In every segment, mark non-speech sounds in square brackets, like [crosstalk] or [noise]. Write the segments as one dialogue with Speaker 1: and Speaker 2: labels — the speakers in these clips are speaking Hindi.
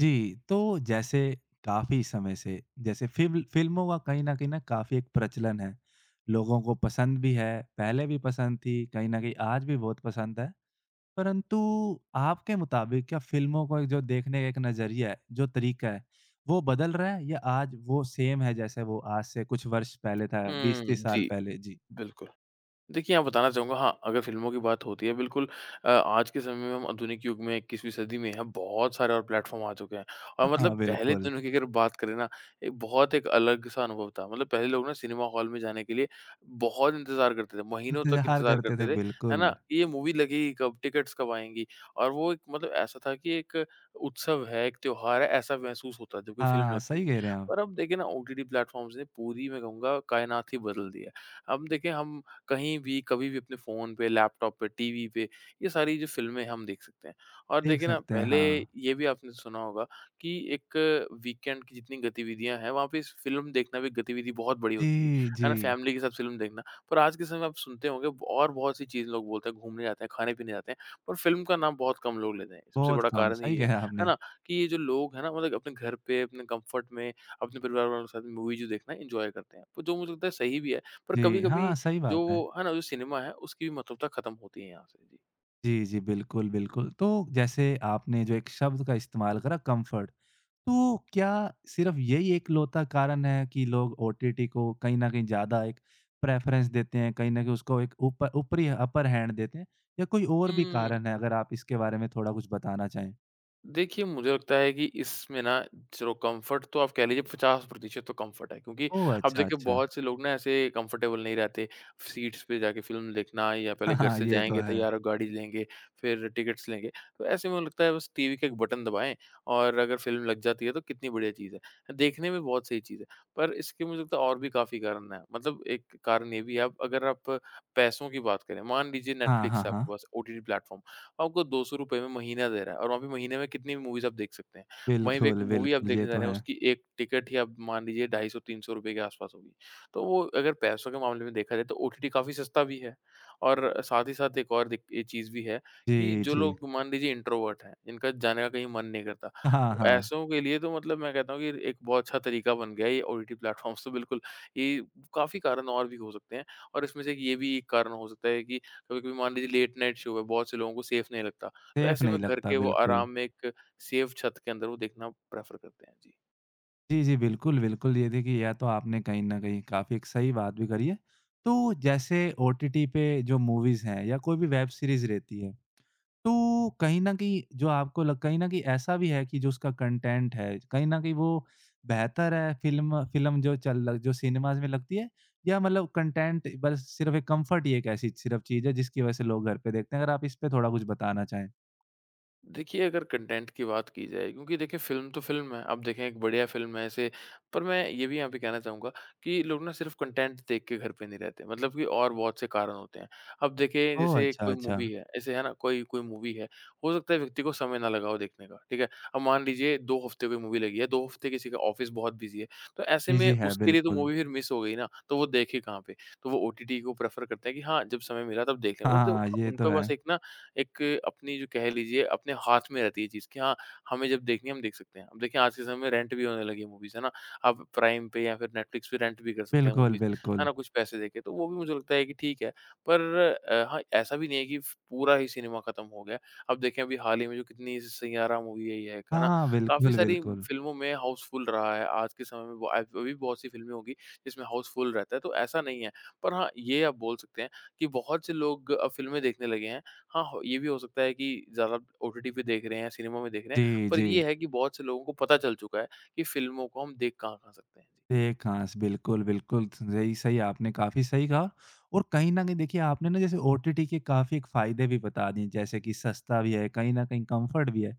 Speaker 1: जी, तो जैसे काफ़ी समय से जैसे फ़िल्मों का कहीं न काफ़ी एक प्रचलन है। लोगों को पसंद भी है, पहले भी पसंद थी, कहीं न कहीं आज भी बहुत पसंद है। परंतु आपके मुताबिक क्या फ़िल्मों को एक जो देखने का एक नज़रिया है, जो तरीका है, वो बदल रहा है या आज वो सेम है जैसे वो आज से कुछ वर्ष पहले था, 20-30 साल
Speaker 2: जी,
Speaker 1: पहले? जी।
Speaker 2: बिल्कुल। देखिए, यहाँ बताना चाहूँगा हाँ, अगर फ़िल्मों की बात होती है बिल्कुल। आज के समय में हम आधुनिक युग में 21वीं सदी में हैं, बहुत सारे और प्लेटफ़ॉर्म आ चुके हैं और
Speaker 1: हाँ,
Speaker 2: मतलब पहले
Speaker 1: बिल्कुल।
Speaker 2: दिनों की अगर बात करें ना, एक बहुत एक अलग-सा अनुभव था। मतलब पहले लोग ना सिनेमा हॉल में जाने के लिए बहुत इंतज़ार करते थे, महीनों तक
Speaker 1: इंतज़ार
Speaker 2: इंतज़ार
Speaker 1: करते
Speaker 2: करते
Speaker 1: थे,
Speaker 2: थे, है
Speaker 1: बिल्कुल।
Speaker 2: ना? कि ये मूवी लगेगी कब, टिकट्स कब आएँगी? और वो एक मतलब ऐसा था कि एक उत्सव है, एक त्योहार है, ऐसा महसूस होता था जब कोई फ़िल्म
Speaker 1: हाँ,
Speaker 2: लगती
Speaker 1: सही
Speaker 2: थी।
Speaker 1: कह रहे हैं आप।
Speaker 2: पर अब देखिए ना ओटीटी प्लेटफ़ॉर्म्स ने पूरी मैं कहूँगा कायनात ही बदल दी है। अब देखिए हम कहीं भी, कभी भी अपने फ़ोन पे, लैपटॉप पे, टीवी पे, ये सारी जो फ़िल्में हैं, हम देख सकते हैं। और
Speaker 1: देख
Speaker 2: देखिए ना,
Speaker 1: सकते हैं,
Speaker 2: पहले
Speaker 1: हाँ।
Speaker 2: ये भी आपने सुना होगा कि एक वीकेंड की जितनी गतिविधियाँ हैं, वहाँ पे इस फ़िल्म देखना भी एक गतिविधि बहुत बड़ी होती थी,
Speaker 1: जी,
Speaker 2: है
Speaker 1: जी।
Speaker 2: ना? फ़ैमिली के साथ फ़िल्म देखना। पर आज के समय में आप सुनते होंगे और बहुत-सी चीज़ लोग बोलते हैं, घूमने जाते हैं, खाने-पीने जाते हैं, पर फ़िल्म का नाम बहुत कम लोग लेते हैं। सबसे
Speaker 1: बहुत
Speaker 2: बड़ा
Speaker 1: कम,
Speaker 2: कारण
Speaker 1: सही
Speaker 2: ये
Speaker 1: कहा
Speaker 2: है
Speaker 1: आपने।
Speaker 2: ना? कि ये जो लोग हैं ना, मतलब अपने घर पे, अपने कम्फ़र्ट में, अपने परिवार वालों के साथ मूवी जो देखना है, एन्जॉय करते हैं। तो जो मुझे लगता है सही भी है, पर
Speaker 1: जी,
Speaker 2: कभी-कभी
Speaker 1: हाँ, सही
Speaker 2: जो
Speaker 1: बात
Speaker 2: वो
Speaker 1: है।
Speaker 2: है ना, जो सिनेमा है उसकी भी महत्वता खत्म होती है यहाँ से। जी।
Speaker 1: जी, जी, बिल्कुल, बिल्कुल। तो जैसे आपने जो एक शब्द का इस्तेमाल करा कम्फ़र्ट, तो क्या सिर्फ़ यही एकलौता कारण है कि लोग ओटीटी को कहीं न कहीं ज़्यादा एक प्रेफ़रेंस देते हैं, कहीं न कहीं उसको एक ऊपर ऊपरी अपर हैंड देते हैं या कोई और भी
Speaker 2: हुँ,
Speaker 1: कारण है? अगर आप इसके बारे में थोड़ा कुछ बताना चाहें।
Speaker 2: देखिए, मुझे लगता है कि इसमें ना चलो कम्फ़र्ट तो आप कह लीजिए 50% तो कम्फ़र्ट है क्योंकि
Speaker 1: ओह!
Speaker 2: अब
Speaker 1: अच्छा,
Speaker 2: देखिए
Speaker 1: अच्छा।
Speaker 2: बहुत से लोग ना ऐसे कम्फ़र्टेबल नहीं रहते, सीट्स पे जाके फ़िल्म देखना या
Speaker 1: [laughs]
Speaker 2: पहले
Speaker 1: हाँ,
Speaker 2: घर
Speaker 1: हाँ,
Speaker 2: से
Speaker 1: ये तो
Speaker 2: जाएँगे,
Speaker 1: है।
Speaker 2: तैयार और गाड़ी लेंगे, फिर टिकट्स लेंगे। तो ऐसे में लगता है बस टीवी का एक बटन दबाएँ और अगर फ़िल्म लग जाती है तो कितनी बढ़िया चीज़ है। देखने में बहुत सही चीज़ है, पर इसके मुझे लगता है और भी काफ़ी कारण हैं। मतलब एक कारण ये भी है अब अगर आप पैसों की बात करें, मान लीजिए
Speaker 1: हाँ,
Speaker 2: नेटफ्लिक्स
Speaker 1: हाँ,
Speaker 2: है
Speaker 1: हाँ।
Speaker 2: आपके पास ओटीटी प्लेटफ़ॉर्म, वो आपको ₹200 में महीना दे रहा है और वहाँ पे महीने में कितनी मूवीज़ आप देख सकते हैं। वहीं पे एक
Speaker 1: बिल्कुल,
Speaker 2: मूवी आप
Speaker 1: बिल्कुल,
Speaker 2: देखने
Speaker 1: ये
Speaker 2: जा रहे
Speaker 1: तो
Speaker 2: हैं,
Speaker 1: है।
Speaker 2: उसकी एक टिकट ही आप मान लीजिए ₹250-300 के आस-पास होगी। तो वो अगर पैसों के मामले में देखा जाए तो ओटीटी काफ़ी सस्ता भी है और साथ ही साथ एक और दिक ये चीज़ भी है कि
Speaker 1: जी,
Speaker 2: जो
Speaker 1: जी।
Speaker 2: लोग मान लीजिए इंट्रोवर्ट हैं, जिनका जाने का कहीं मन नहीं करता,
Speaker 1: हाँ, हाँ।
Speaker 2: ऐसों के लिए तो मतलब मैं कहता हूँ कि एक बहुत अच्छा तरीका बन गया है ये ओटीटी प्लेटफ़ॉर्म्स तो बिल्कुल। ये काफ़ी कारण और भी हो सकते हैं और इसमें से एक ये भी एक कारण हो सकता है कि कभी-कभी मान लीजिए लेट नाइट शो है, बहुत से लोगों को सेफ नहीं लगता। तो
Speaker 1: सेफ़
Speaker 2: ऐसे में
Speaker 1: नहीं
Speaker 2: घर
Speaker 1: लगता,
Speaker 2: के वो
Speaker 1: बिल्कुल।
Speaker 2: आराम में एक सेफ छत के अंदर वो देखना प्रेफ़र करते हैं। जी।
Speaker 1: जी, जी। बिल्कुल, बिल्कुल। ये देखिए या तो आपने कहीं न कहीं काफ़ी एक सही बात भी करी है। तो जैसे ओटीटी पे जो मूवीज़ हैं या कोई भी वेब सीरीज़ रहती है, तो कहीं न कहीं जो आपको लग कहीं न कहीं ऐसा भी है कि जो उसका कंटेंट है, कहीं न कहीं वो बेहतर है फ़िल्म फ़िल्म जो जो सिनेमाज़ में लगती है या मतलब कंटेंट बस सिर्फ़ एक कम्फ़र्ट ही एक ऐसी सिर्फ़ चीज़ है जिसकी वज़ह से लोग घर पे देखते हैं? अगर आप इस पे थोड़ा कुछ बताना चाहें।
Speaker 2: देखिए, अगर कंटेंट की बात की जाए क्योंकि देखिए फ़िल्म तो फ़िल्म है, आप देखें एक बढ़िया फ़िल्म है ऐसे। पर मैं ये भी यहाँ पे कहना चाहूँगा कि लोग ना सिर्फ़ कंटेंट देख के घर पे नहीं रहते, मतलब कि और बहुत से कारण होते हैं। अब देखिए
Speaker 1: ओह!
Speaker 2: जैसे
Speaker 1: अच्छा,
Speaker 2: कोई
Speaker 1: अच्छा।
Speaker 2: मूवी है, ऐसे है ना? कोई कोई मूवी है, हो सकता है व्यक्ति को समय ना लगा हो देखने का, ठीक है? अब मान लीजिए 2 हफ़्ते कोई मूवी लगी है, 2 हफ़्ते किसी का ऑफ़िस बहुत बिज़ी है, तो ऐसे में
Speaker 1: बिज़ी है,
Speaker 2: उसके लिए तो
Speaker 1: बिल्कुल।
Speaker 2: मूवी फिर मिस हो गई ना, तो वो देखे कहाँ पे? तो वो ओटीटी को प्रेफ़र करते हैं कि हाँ, जब समय मिला तब देख लें,
Speaker 1: हाँ,
Speaker 2: वो तो
Speaker 1: हाँ, ये तो
Speaker 2: उनके
Speaker 1: है।
Speaker 2: पास एक ना एक अपनी जो कह लीजिए अपने हाथ में रहती है चीज़ कि हाँ, हमें जब देखनी है हम देख सकते हैं। अब देखिए आज के समय में रेंट भी होने लगी है मूवीज़, है ना? आप प्राइम पे या फिर नेटफ्लिक्स पे रेंट भी कर सकते हैं
Speaker 1: बिल्कुल,
Speaker 2: मूवीज़, है
Speaker 1: बिल्कुल।
Speaker 2: ना? कुछ पैसे देके, तो वो भी मुझे लगता है कि ठीक है। पर हाँ, ऐसा भी नहीं है कि फ पूरा ही सिनेमा खत्म हो गया है। अब देखें अभी हाल ही में जो कितनी सैयारा मूवी आई है, एक, है ना?
Speaker 1: हाँ,
Speaker 2: काफ़ी
Speaker 1: बिल्कुल,
Speaker 2: सारी
Speaker 1: बिल्कुल।
Speaker 2: फ़िल्मों में हाउसफुल रहा है। आज के समय में ब आज अभी बहुत सी फ़िल्में होंगी जिसमें हाउसफुल रहता है, तो ऐसा नहीं है। पर हाँ, ये आप बोल सकते हैं कि बहुत से लोग अब फ़िल्में देखने लगे हैं। हाँ, हो ये भी हो सकता है कि ज़्यादा ओटीटी पे देख रहे हैं, सिनेमा में देख रहे हैं,
Speaker 1: जी,
Speaker 2: पर
Speaker 1: जी।
Speaker 2: ये है कि बहुत से लोगों को पता चल चुका है कि फ़िल्मों को हम देख कहाँ-कहाँ सकते हैं।
Speaker 1: एक आँस, बिल्कुल, बिल्कुल, सही सही आपने काफ़ी सही कहा और कहीं न कहीं देखिए आपने ना जैसे ओटीटी के काफ़ी एक फ़ायदे भी बता दिए, जैसे कि सस्ता भी है, कहीं न कहीं कम्फ़र्ट भी है।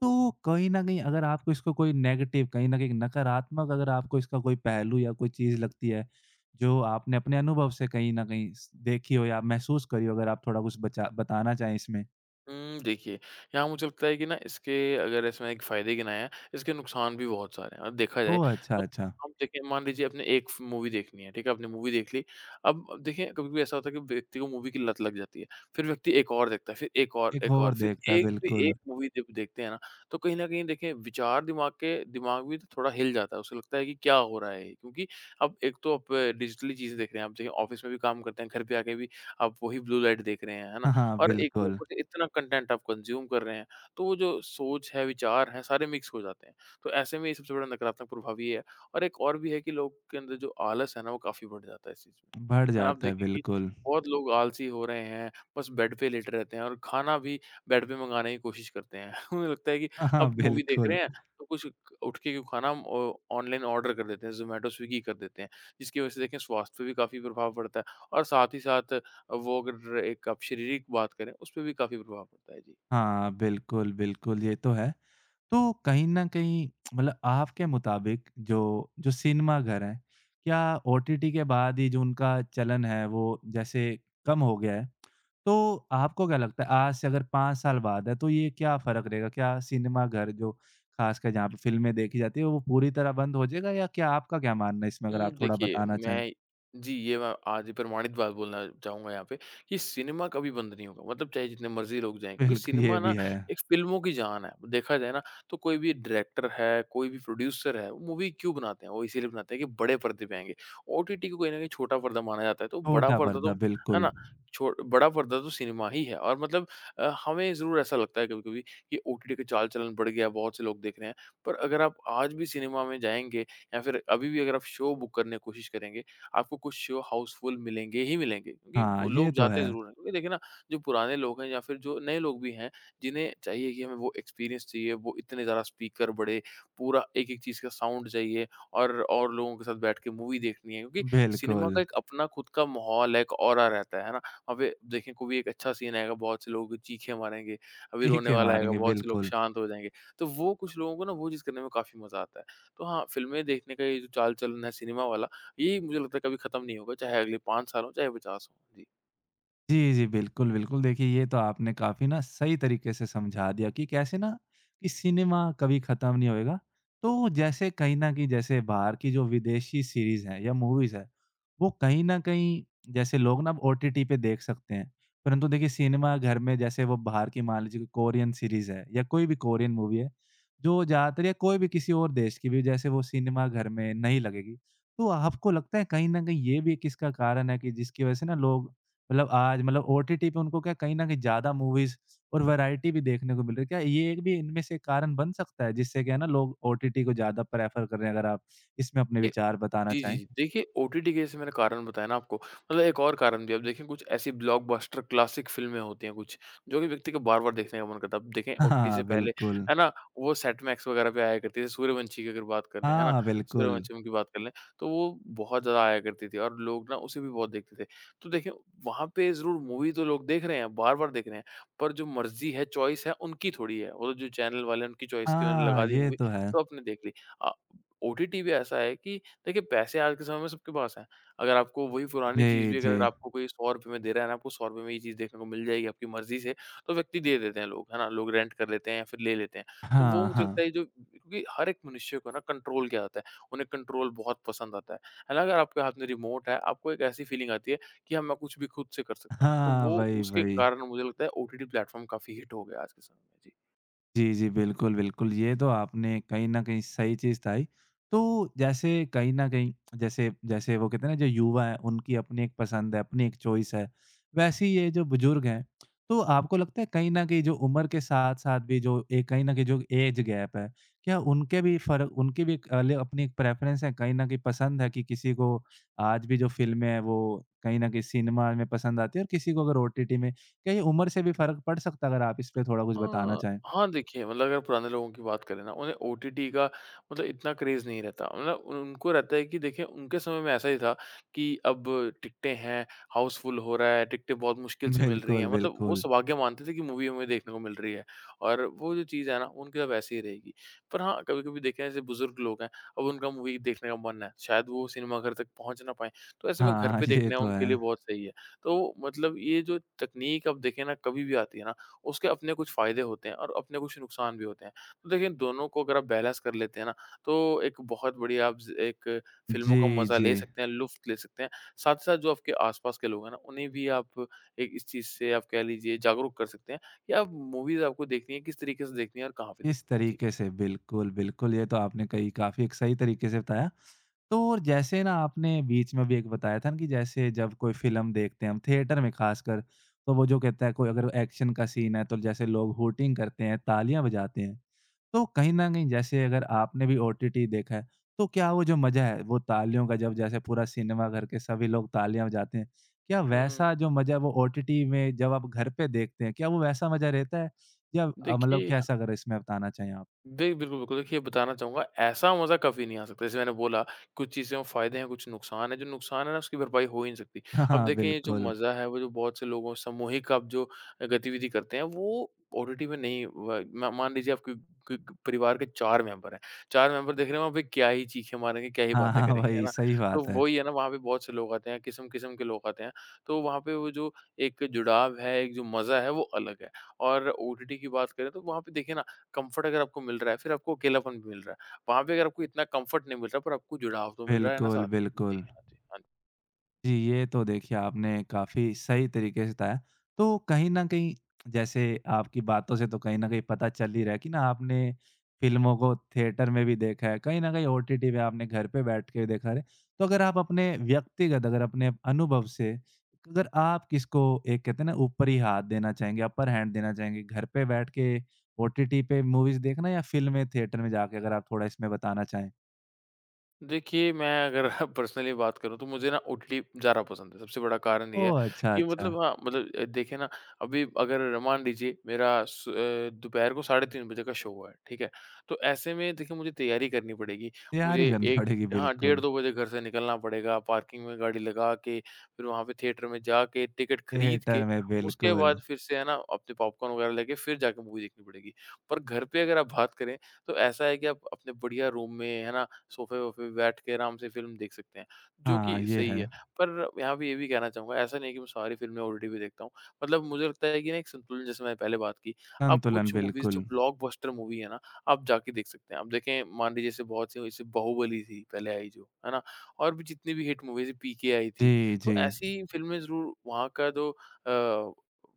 Speaker 1: तो कहीं न कहीं अगर आपको इसको कोई नेगेटिव कहीं न कहीं नकारात्मक अगर आपको इसका कोई पहलू या कोई चीज़ लगती है, जो आपने अपने अनुभव से कहीं न कहीं स देखी हो या महसूस करी हो, अगर आप थोड़ा कुछ बचा बताना चाहें इसमें?
Speaker 2: देखिए, यहाँ मुझे लगता है कि ना इसके अगर इसमें एक फ़ायदे गिनाए हैं, इसके नुकसान भी बहुत सारे हैं। और देखा जाए
Speaker 1: ओह! अच्छा,
Speaker 2: तो
Speaker 1: अच्छा।
Speaker 2: हम देखिए मान लीजिए आपने एक फ़ मूवी देखनी है, ठीक है? आपने मूवी देख ली, अब देखिए कभी-कभी ऐसा होता है कि व्यक्ति को मूवी की लत लग जाती है। फिर व्यक्ति एक और देखता है, फिर
Speaker 1: एक
Speaker 2: एक और,
Speaker 1: और
Speaker 2: फिर
Speaker 1: देखता है,
Speaker 2: एक पे एक
Speaker 1: बिल्कुल। [laughs]
Speaker 2: मूवी जब देखते हैं ना, तो कहीं न कहीं देखिए विचार दिमाग भी तो थोड़ा हिल जाता है, उसे लगता है कि क्या हो रहा है ये? क्योंकि अब एक तो आप डिजिटली चीज़ें देख रहे हैं, आप देखिए ऑफ़िस में भी काम करते हैं, घर पे आके भी आप वही ब्लू लाइट देख रहे हैं, है ना?
Speaker 1: हाँ, हाँ,
Speaker 2: और एक तो
Speaker 1: बिल्कुल।
Speaker 2: ऊपर से इतना कंटेंट आप कंज़्यूम कर रहे हैं, तो वो जो सोच है, विचार हैं, सारे मिक्स हो जाते हैं। तो ऐसे में ये सबसे बड़ा नकारात्मक प्रभाव ये है और एक और भी है कि लोग के अंदर जो आलस है ना, वो काफ़ी बढ़ जाता है इस चीज़ में।
Speaker 1: बढ़
Speaker 2: है ना? आप
Speaker 1: जाता है,
Speaker 2: देखेंगे कि
Speaker 1: बिल्कुल।
Speaker 2: बहुत लोग आलसी हो रहे हैं, बस बेड पे लेटे रहते हैं और खाना भी बेड पे मँगाने की कोशिश करते हैं। [laughs] उन्हें लगता है कि
Speaker 1: हाँ, हाँ,
Speaker 2: अब मूवी देख रहे
Speaker 1: बिल्कुल।
Speaker 2: हैं, तो कुछ उठ के क्यों खाना, हम ऑ ऑनलाइन ऑर्डर कर देते हैं, ज़ोमैटो, स्विगी कर देते हैं। जिसकी वज़ह से देखें स्वास्थ्य पे भी काफ़ी प्रभाव पड़ता है और साथ ही साथ वो अगर एक आप शारीरिक बात करें, उसपे भी काफ़ी प्रभाव पड़ता है। जी।
Speaker 1: हाँ, बिल्कुल, बिल्कुल, ये तो है। तो कहीं न कहीं मतलब आपके मुताबिक जो जो सिनेमाघर हैं, क्या ओटीटी के बाद ही जो उनका चलन है, वो जैसे कम हो गया है? तो आपको क्या लगता है, आज से अगर 5 साल बाद है, तो ये क्या फ़र्क रहेगा? क्या सिनेमाघर जो खासकर जहाँ पे फ़िल्में देखी जाती हैं, वो पूरी तरह बंद हो जाएगा या क्या आपका क्या मानना है इसमें, अगर आप थोड़ा
Speaker 2: देखिए
Speaker 1: बताना चाहें?
Speaker 2: मैं जी, ये मैं आज प्रमाणित बात बोलना चाहूँगा यहाँ पे कि सिनेमा कभी बंद नहीं होगा, मतलब चाहे जितने मर्ज़ी लोग जाएँ क्योंकि
Speaker 1: बिल्कुल, ये
Speaker 2: सिनेमा ना
Speaker 1: भी है।
Speaker 2: एक फ़िल्मों की जान है। देखा जाए ना तो कोई भी डायरेक्टर है, कोई भी प्रोड्यूसर है, वो मूवी क्यों बनाते हैं? वो इसीलिए बनाते हैं कि बड़े पर्दे पे आएँगे। ओटीटी को कहीं न कहीं छोटा पर्दा माना जाता है, तो बड़ा
Speaker 1: छोटा
Speaker 2: पर्दा तो
Speaker 1: पर्दा,
Speaker 2: है
Speaker 1: बिल्कुल।
Speaker 2: ना? छो बड़ा पर्दा तो सिनेमा ही है और मतलब हमें ज़रूर ऐसा लगता है कभी-कभी कि ओटीटी का चाल-चलन बढ़ गया, बहुत से लोग देख रहे हैं। पर अगर आप आज भी सिनेमा में जाएँगे या फिर अभी भी अगर आप शो बुक करने की कोशिश करेंगे, आपको कुछ शो हाउसफुल मिलेंगे ही मिलेंगे, क्योंकि
Speaker 1: हाँ,
Speaker 2: वो
Speaker 1: ये
Speaker 2: लोग
Speaker 1: तो है।
Speaker 2: जाते ज़रूर हैं। क्योंकि देखिए ना, जो पुराने लोग हैं या फिर जो नए लोग भी हैं, जिन्हें चाहिए कि हमें वो एक्सपीरियंस चाहिए, वो इतने ज़्यादा स्पीकर बड़े, पूरा एक-एक चीज़ का साउंड चाहिए और लोगों के साथ बैठ के मूवी देखनी है, क्योंकि सिनेमा
Speaker 1: बिल्कुल,
Speaker 2: का एक अपना खुद का माहौल है, एक ऑरा रहता है ना? वहाँ पे देखें कोई भी एक अच्छा सीन आएगा, बहुत से लोग चीखें मारेंगे, अभी रोने
Speaker 1: चीखें
Speaker 2: वाला आएगा,
Speaker 1: मारेंगे,
Speaker 2: बहुत से लोग
Speaker 1: बिल्कुल।
Speaker 2: शांत हो जाएँगे। तो वो कुछ लोगों को ना वो चीज़ करने में काफ़ी मज़ा आता है। तो हाँ, फ़िल्में देखने का ये जो चाल-चलन है सिनेमा वाला, ये मुझे लगता है कभी खत्म नहीं होगा, चाहे अगले 5 साल हों, चाहे 50 हों। जी।
Speaker 1: जी, जी। बिल्कुल, बिल्कुल। देखिए, ये तो आपने काफ़ी ना सही तरीके से समझा दिया कि कैसे ना कि सिनेमा कभी ख़त्म नहीं होएगा। तो जैसे कहीं न कहीं जैसे बाहर की जो विदेशी सीरीज़ हैं या मूवीज़ हैं, वो कहीं न कहीं जैसे लोग ना अब ओटीटी पे देख सकते हैं। परंतु देखिए सिनेमा घर में जैसे वो बाहर की मान लीजिए कोरियन सीरीज़ है या कोई भी कोरियन मूवी है, जो ज़्यादातर या कोई भी किसी और देश की भी जैसे वो सिनेमा घर में नहीं लगेगी। तो आपको लगता है कहीं न कहीं ये भी एक इसका कारण है कि जिसकी वज़ह से ना लोग मतलब आज मतलब ओटीटी पे उनको क्या कहीं न कहीं ज़्यादा मूवीज़ और वैरायटी भी देखने को मिल रही है। क्या ये एक भी इनमें से कारण बन सकता है जिससे क्या है ना लोग ओटीटी को ज़्यादा प्रेफ़र कर रहे हैं? अगर आप इसमें अपने
Speaker 2: ये
Speaker 1: विचार बताना
Speaker 2: जी, जी,
Speaker 1: चाहें।
Speaker 2: जी। देखिए ओटीटी के जैसे मैंने कारण बताया ना आपको, मतलब एक और कारण भी है। अब देखिए कुछ ऐसी ब्लॉकबस्टर क्लासिक फ़िल्में होती हैं कुछ, जो कि व्यक्ति को बार-बार देखने का मन करता है। अब देखें
Speaker 1: [laughs]
Speaker 2: ओटीटी से
Speaker 1: हाँ,
Speaker 2: पहले,
Speaker 1: बिल्कुल।
Speaker 2: है ना, वो सेट मैक्स वगैरह पे आया करती थी। सूर्यवंशी की अगर बात कर लें, है ना,
Speaker 1: हाँ, बिल्कुल।
Speaker 2: सूर्यवंशम की बात कर लें, तो वो बहुत ज़्यादा आया करती थी और लोग ना उसे भी बहुत देखते थे। तो देखिए वहाँ पे ज़रूर मूवी तो लोग देख रहे हैं, बार-बार देख रहे हैं, पर जो मर्ज़ी है, चॉइस है, उनकी थोड़ी है। वो जो चैनल वाले हैं, उनकी चॉइस की उन्होंने
Speaker 1: हाँ,
Speaker 2: लगा दी
Speaker 1: ये
Speaker 2: मूवी,
Speaker 1: तो है।
Speaker 2: तो आपने देख ली। अ, ओटीटी भी ऐसा है कि देखिए पैसे आज के समय में सबके पास हैं। अगर आपको वही पुरानी चीज़
Speaker 1: जी,
Speaker 2: भी
Speaker 1: जी।
Speaker 2: अगर आपको कोई ₹100 में दे रहा है ना, आपको ₹100 में ये चीज़ देखने को मिल जाएगी आपकी मर्ज़ी से, तो व्यक्ति दे देते हैं लोग, है ना? लोग रेंट कर लेते हैं या फिर ले लेते हैं। तो वो
Speaker 1: हाँ,
Speaker 2: मुझे लगता
Speaker 1: हाँ।
Speaker 2: है जो क्योंकि हर एक मनुष्य को ना कंट्रोल क्या होता है, उन्हें कंट्रोल बहुत पसंद आता है। है ना? अगर आपके हाथ में रिमोट है, आपको एक ऐसी फीलिंग आती है कि हाँ, मैं कुछ भी खुद से कर सकता हूँ। तो
Speaker 1: हाँ,
Speaker 2: वो
Speaker 1: वही,
Speaker 2: उसके
Speaker 1: वही।
Speaker 2: कारण मुझे लगता है ओटीटी प्लेटफ़ॉर्म काफ़ी हिट हो गया आज के समय में। जी।
Speaker 1: जी, जी। बिल्कुल, बिल्कुल। ये तो आपने कहीं न कहीं सही चीज़ बताई। तो जैसे कहीं न कहीं जैसे जैसे वो कहते हैं ना जो युवा है उनकी अपनी एक पसंद है, अपनी एक चॉइस है। वैसे ही ये जो बुजुर्ग हैं, तो आपको लगता है कहीं न कहीं जो उम्र के साथ-साथ भी जो एक कहीं न कहीं जो ऐज गैप है, क्या उनके भी फ़र्क उनकी भी एक अल अपनी एक प्रेफ़रेंस है कहीं न कहीं पसंद है कि किसी को आज भी जो फ़िल्में हैं वो कहीं न कहीं सिनेमा में पसंद आती है और किसी को अगर ओटीटी में, क्या ये उम्र से भी फ़र्क पड़ सकता है? अगर आप इस पे थोड़ा कुछ बताना
Speaker 2: अ,
Speaker 1: चाहें।
Speaker 2: हाँ, देखिए मतलब अगर पुराने लोगों की बात करें ना, उन्हें ओटीटी का मतलब इतना क्रेज़ नहीं रहता। मतलब उन उनको रहता है कि देखिए उनके समय में ऐसा ही था कि अब टिकटें हैं, हाउसफुल हो रहा है, टिकटें बहुत मुश्किल से मिल रही हैं।
Speaker 1: बिल्कुल,
Speaker 2: मतलब वो
Speaker 1: बिल्कुल।
Speaker 2: सौभाग्य मानते थे कि मूवी हमें देखने को मिल रही है और वो जो चीज़ है ना, उनके साथ वैसे ही रहेगी। पर हाँ, कभी-कभी देखें ऐसे बुज़ुर्ग लोग हैं, अब उनका मूवी देखने का मन है, शायद वो सिनेमाघर तक पहुँच ना पाएँ, तो ऐसे में घर
Speaker 1: हाँ,
Speaker 2: पे
Speaker 1: ये
Speaker 2: देखना
Speaker 1: तो
Speaker 2: उनके लिए
Speaker 1: है।
Speaker 2: बहुत सही है। तो मतलब ये जो तकनीक अब देखें ना, कभी भी आती है ना, उसके अपने कुछ फ़ायदे होते हैं और अपने कुछ नुकसान भी होते हैं। तो देखिए दोनों को अगर आप बैलेंस कर लेते हैं ना, तो एक बहुत बढ़िया आप ज़ एक फ़िल्मों
Speaker 1: जी,
Speaker 2: का मज़ा
Speaker 1: जी।
Speaker 2: ले सकते हैं, लुफ़्त ले सकते हैं। साथ ही साथ जो आपके आस-पास के लोग हैं ना, उन्हें भी आप एक इस चीज़ से आप कह लीजिए जागरूक कर सकते हैं कि आप मूवीज़ आपको देखनी है, किस तरीके से देखनी है और कहाँ पे
Speaker 1: इस
Speaker 2: देखनी है? जी।
Speaker 1: तरीके से बिल्कुल, बिल्कुल, ये तो आपने कही काफ़ी एक सही तरीके से बताया। तो और जैसे ना आपने बीच में भी एक बताया था ना कि जैसे जब कोई फ़िल्म देखते हैं हम थिएटर में ख़ासकर, तो वो जो कहता है कोई अगर एक्शन का सीन है तो जैसे लोग हूटिंग करते हैं, तालियाँ बजाते हैं। तो कहीं न कहीं जैसे अगर आपने भी ओटीटी देखा है, तो क्या वो जो मज़ा है, वो तालियों का जब जैसे पूरा सिनेमाघर के सभी लोग तालियाँ बजाते हैं, क्या
Speaker 2: हुँ, हुँ।
Speaker 1: वैसा जो मज़ा वो ओटीटी में जब आप घर पे देखते हैं, क्या वो वैसा मज़ा रहता है? या मतलब
Speaker 2: देखिए
Speaker 1: कैसा अगर इसमें बताना चाहें आप?
Speaker 2: जी, बिल्कुल, बिल्कुल। देखिए, बताना चाहूँगा ऐसा मज़ा कभी नहीं आ सकता। जैसे मैंने बोला कुछ चीज़ों में फ़ायदे हैं, कुछ नुकसान हैं। जो नुकसान है ना उसकी भरपाई हो ही नहीं सकती।
Speaker 1: [laughs] हाँ,
Speaker 2: अब
Speaker 1: हाँ,
Speaker 2: देखें ये जो
Speaker 1: बिल्कुल।
Speaker 2: मज़ा है वो जो बहुत से लोगों सामूहिक आप जो गतिविधि करते हैं वो ओटीटी में नहीं व म मान लीजिए आपके क क परिवार के 4 मेंबर हैं। 4 मेंबर देख रहे हो वहाँ पे क्या ही चीखें मारेंगे, क्या ही
Speaker 1: हाँ,
Speaker 2: बातें
Speaker 1: हाँ,
Speaker 2: करेंगे, है
Speaker 1: वही,
Speaker 2: ना?
Speaker 1: सही
Speaker 2: तो
Speaker 1: बात है।
Speaker 2: वही है ना वहाँ पे बहुत से लोग आते हैं, किस्म-किस्म के लोग आते हैं। तो वहाँ पे वो जो एक जुड़ाव है, एक जो मज़ा है वो अलग है। और ओटीटी की बात करें तो वहाँ पे देखिए ना कंफर्ट अगर आपको मिल रहा है, फिर आपको अकेलापन भी मिल रहा है। वहाँ पे अगर आपको इतना कंफर्ट नहीं मिल रहा, पर आपको जुड़ाव तो मिल रहा है ना
Speaker 1: बिल्कुल,
Speaker 2: साथ। जी,
Speaker 1: बिल्कुल।
Speaker 2: हाँ जी, हाँ जी।
Speaker 1: जी, ये तो देखिए आपने काफ़ी सही तरीके से बताया। तो कहीं न कहीं जैसे आपकी बातों से तो कहीं न कहीं पता चल ही रहा है कि ना आपने फ़िल्मों को थिएटर में भी देखा है, कहीं न कहीं ओटीटी पे आपने घर पे बैठ के भी देखा है। तो अगर आप अपने व्यक्तिगत अगर अपने अनुभव से अगर आप किसको एक कहते हैं ना ऊपरी हाथ देना चाहेंगे, अपर हैंड देना चाहेंगे, घर पे बैठ के ओटीटी पे मूवीज़ देखना या फ़िल्में थिएटर में जाके? अगर आप थोड़ा इसमें बताना चाहें।
Speaker 2: देखिए, मैं अगर [laughs] पर्सनली बात करूँ तो मुझे ना उटली ज़्यादा पसंद है। सबसे बड़ा कारण ये है
Speaker 1: ओह! अच्छा,
Speaker 2: कि
Speaker 1: अच्छा।
Speaker 2: मतलब हाँ, मतलब देखिए ना अभी अगर मान लीजिए मेरा स दोपहर को साढ़े 3 बजे का शो है, ठीक है? तो ऐसे में देखिए मुझे तैयारी करनी पड़ेगी। मुझे
Speaker 1: तैयारी करनी [laughs]
Speaker 2: एक
Speaker 1: पड़ेगी,
Speaker 2: हाँ, डेढ़
Speaker 1: बिल्कुल।
Speaker 2: 2 बजे घर से निकलना पड़ेगा, पार्किंग में गाड़ी लगा के, फिर वहाँ पे थिएटर में जाके टिकट खरीद के,
Speaker 1: थिएटर में
Speaker 2: उसके
Speaker 1: बिल्कुल।
Speaker 2: बाद फिर से है ना अपने पॉपकॉर्न वगैरह लेके फिर जाके मूवी देखनी पड़ेगी। पर घर पे अगर आप बात करें तो ऐसा है कि आप अपने बढ़िया रूम में है ना सोफे-वोफे पे बैठ के आराम से फ़िल्म देख सकते हैं, जो
Speaker 1: हाँ,
Speaker 2: कि
Speaker 1: ये
Speaker 2: सही
Speaker 1: है।
Speaker 2: है। पर यहाँ पे ये भी कहना चाहूँगा ऐसा नहीं है कि मैं सारी फ़िल्में ओटीटी पे देखता हूँ। मतलब मुझे लगता है कि ना एक संतुलन जैसे मैंने पहले बात की, आप
Speaker 1: संतुलन
Speaker 2: कुछ मूवीज़ जो
Speaker 1: बिल्कुल।
Speaker 2: ब्लॉकबस्टर मूवी है ना, आप जाके देख सकते हैं। आप देखें मान लीजिए जैसे बहुत सी जैसे बाहुबली थी पहले आई जो, है ना? और भी जितनी भी हिट मूवीज़ पीके आई थी,
Speaker 1: जी,
Speaker 2: तो
Speaker 1: जी।
Speaker 2: ऐसी फ़िल्में ज़रूर वहाँ का जो अ,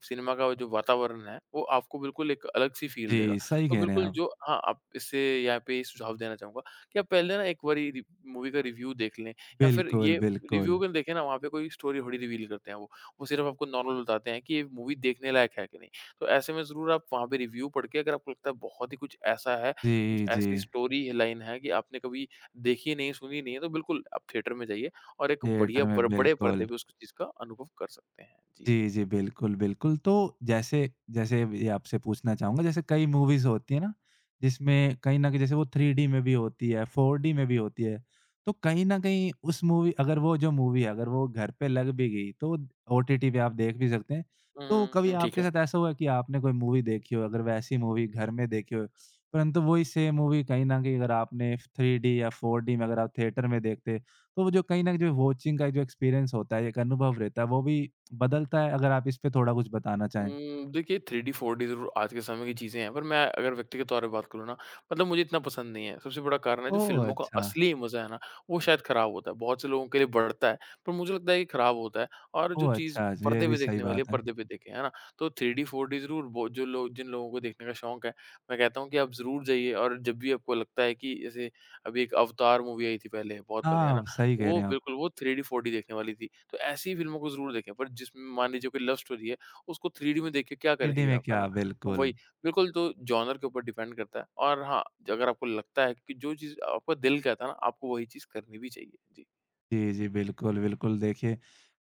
Speaker 2: सिनेमा का जो वातावरण है, वो आपको बिल्कुल एक अलग-सी फ़ील देगा।
Speaker 1: जी, सही
Speaker 2: तो
Speaker 1: कह रहे हैं
Speaker 2: बिल्कुल
Speaker 1: आप।
Speaker 2: जो हाँ, आप इससे यहाँ पे ये सुझाव देना चाहूँगा। कि आप पहले ना एक बारी रि मूवी का रिव्यू देख लें या फिर ये
Speaker 1: बिल्कुल,
Speaker 2: रिव्यू
Speaker 1: बिल्कुल।
Speaker 2: अगर देखें ना वहाँ पे कोई स्टोरी थोड़ी रिवील करते हैं वो। वो सिर्फ़ आपको नॉर्मल बताते हैं कि ये मूवी देखने लायक है कि नहीं। तो ऐसे में ज़रूर आप वहाँ पे रिव्यू पढ़ के अगर आपको लगता है बहुत ही कुछ ऐसा है, कुछ
Speaker 1: जी, जी।
Speaker 2: ऐसी स्टोरी लाइन है कि आपने कभी देखी नहीं, सुनी नहीं है तो बिल्कुल आप थिएटर में जाइए और एक बढ़िया
Speaker 1: थिएटर में
Speaker 2: बर बड़े पर्दे
Speaker 1: बिल्कुल।
Speaker 2: पे उस चीज़ का अनुभव कर सकते हैं। जी।
Speaker 1: जी, जी। बिल्कुल, बिल्कुल। तो जैसे जैसे ये आपसे पूछना चाहूँगा जैसे कई मूवीज़ होती है ना, जिसमें कहीं न कहीं जैसे वो 3D में भी होती है, 4D में भी होती है। तो कहीं न कहीं उस मूवी अगर वो जो मूवी है, अगर वो घर पे लग भी गई तो ओटीटी पे आप देख भी सकते हैं।
Speaker 2: हुँ,
Speaker 1: तो
Speaker 2: हुँ,
Speaker 1: कभी
Speaker 2: हुँ। ठीक
Speaker 1: आपके
Speaker 2: है।
Speaker 1: साथ ऐसा हुआ है कि आपने कोई मूवी देखी हो, अगर वैसी मूवी घर में देखी हो, परंतु वही सेम मूवी कहीं न कहीं अगर आपने 3D या 4D में अगर आप थिएटर में देखते, तो वो जो कहीं न कहीं जो वॉचिंग का जो एक्सपीरियंस होता है, एक अनुभव रहता है, वो भी बदलता है, अगर आप इस पे थोड़ा कुछ बताना चाहें?
Speaker 2: देखिए, 3D, 4D ज़रूर आज के समय की चीज़ें हैं, पर मैं अगर व्यक्तिगत तौर पे बात करूँ ना, मतलब मुझे इतना पसंद नहीं है। सबसे बड़ा कारण है, जो
Speaker 1: ओह!
Speaker 2: फ़िल्मों का
Speaker 1: अच्छा।
Speaker 2: असली मज़ा है ना, वो शायद ख़राब होता है। बहुत से लोगों के लिए बढ़ता है, पर मुझे लगता है कि ख़राब होता है और जो
Speaker 1: ओह!
Speaker 2: चीज़
Speaker 1: अच्छा, ये
Speaker 2: पर्दे
Speaker 1: भी
Speaker 2: पे
Speaker 1: सही
Speaker 2: देखने वाली है,
Speaker 1: बात है।
Speaker 2: पर्दे पे देखें, है ना? तो 3D, 4D ज़रूर वो जो लोग जिन लोगों को देखने का शौक है, मैं कहता हूँ कि आप ज़रूर जाइए और जब भी आपको लगता है कि जैसे अभी एक अवतार मूवी आई थी पहले, बहुत पहले, है ना?
Speaker 1: हाँ, सही कह
Speaker 2: वो
Speaker 1: रहे हैं आप।
Speaker 2: बिल्कुल, वो 3D, 4D देखने वाली थी। तो ऐसी फ़िल्मों को ज़रूर देखें, पर जिसमें मान लीजिए कोई लव स्टोरी है, उसको 3D में देख के क्या
Speaker 1: सिटी
Speaker 2: करेंगे
Speaker 1: में
Speaker 2: आप, है ना?
Speaker 1: क्या
Speaker 2: तो
Speaker 1: बिल्कुल।
Speaker 2: वही, बिल्कुल तो जॉनर के ऊपर डिपेंड करता है और हाँ, अगर आपको लगता है कि जो चीज़ आपका दिल कहता है ना, आपको वही चीज़ करनी भी चाहिए। जी।
Speaker 1: जी, जी। बिल्कुल, बिल्कुल। देखिए,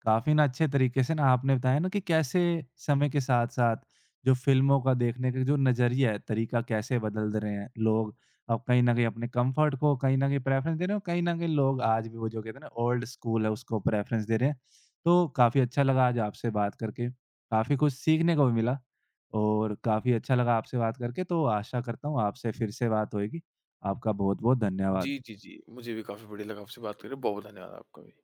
Speaker 1: काफ़ी ना अच्छे तरीके से ना आपने बताया ना कि कैसे समय के साथ-साथ जो फ़िल्मों का देखने का जो नज़रिया है, तरीका कैसे बदल रहे हैं। लोग अब कहीं न कहीं अपने कम्फ़र्ट को कहीं न कहीं प्रेफ़रेंस दे रहे हैं और कहीं न कहीं लोग आज भी वो जो कहते हैं ना ओल्ड स्कूल है, उसको प्रेफ़रेंस दे रहे हैं। तो काफ़ी अच्छा लगा आज आपसे बात करके। काफ़ी कुछ सीखने को भी मिला और काफ़ी अच्छा लगा आपसे बात करके। तो आशा करता हूँ आपसे फिर से बात होएगी। आपका बहुत-बहुत
Speaker 2: जी,
Speaker 1: धन्यवाद।
Speaker 2: जी, जी। मुझे भी काफ़ी बढ़िया लगा आपसे बात करके, बहुत धन्यवाद आपका भी।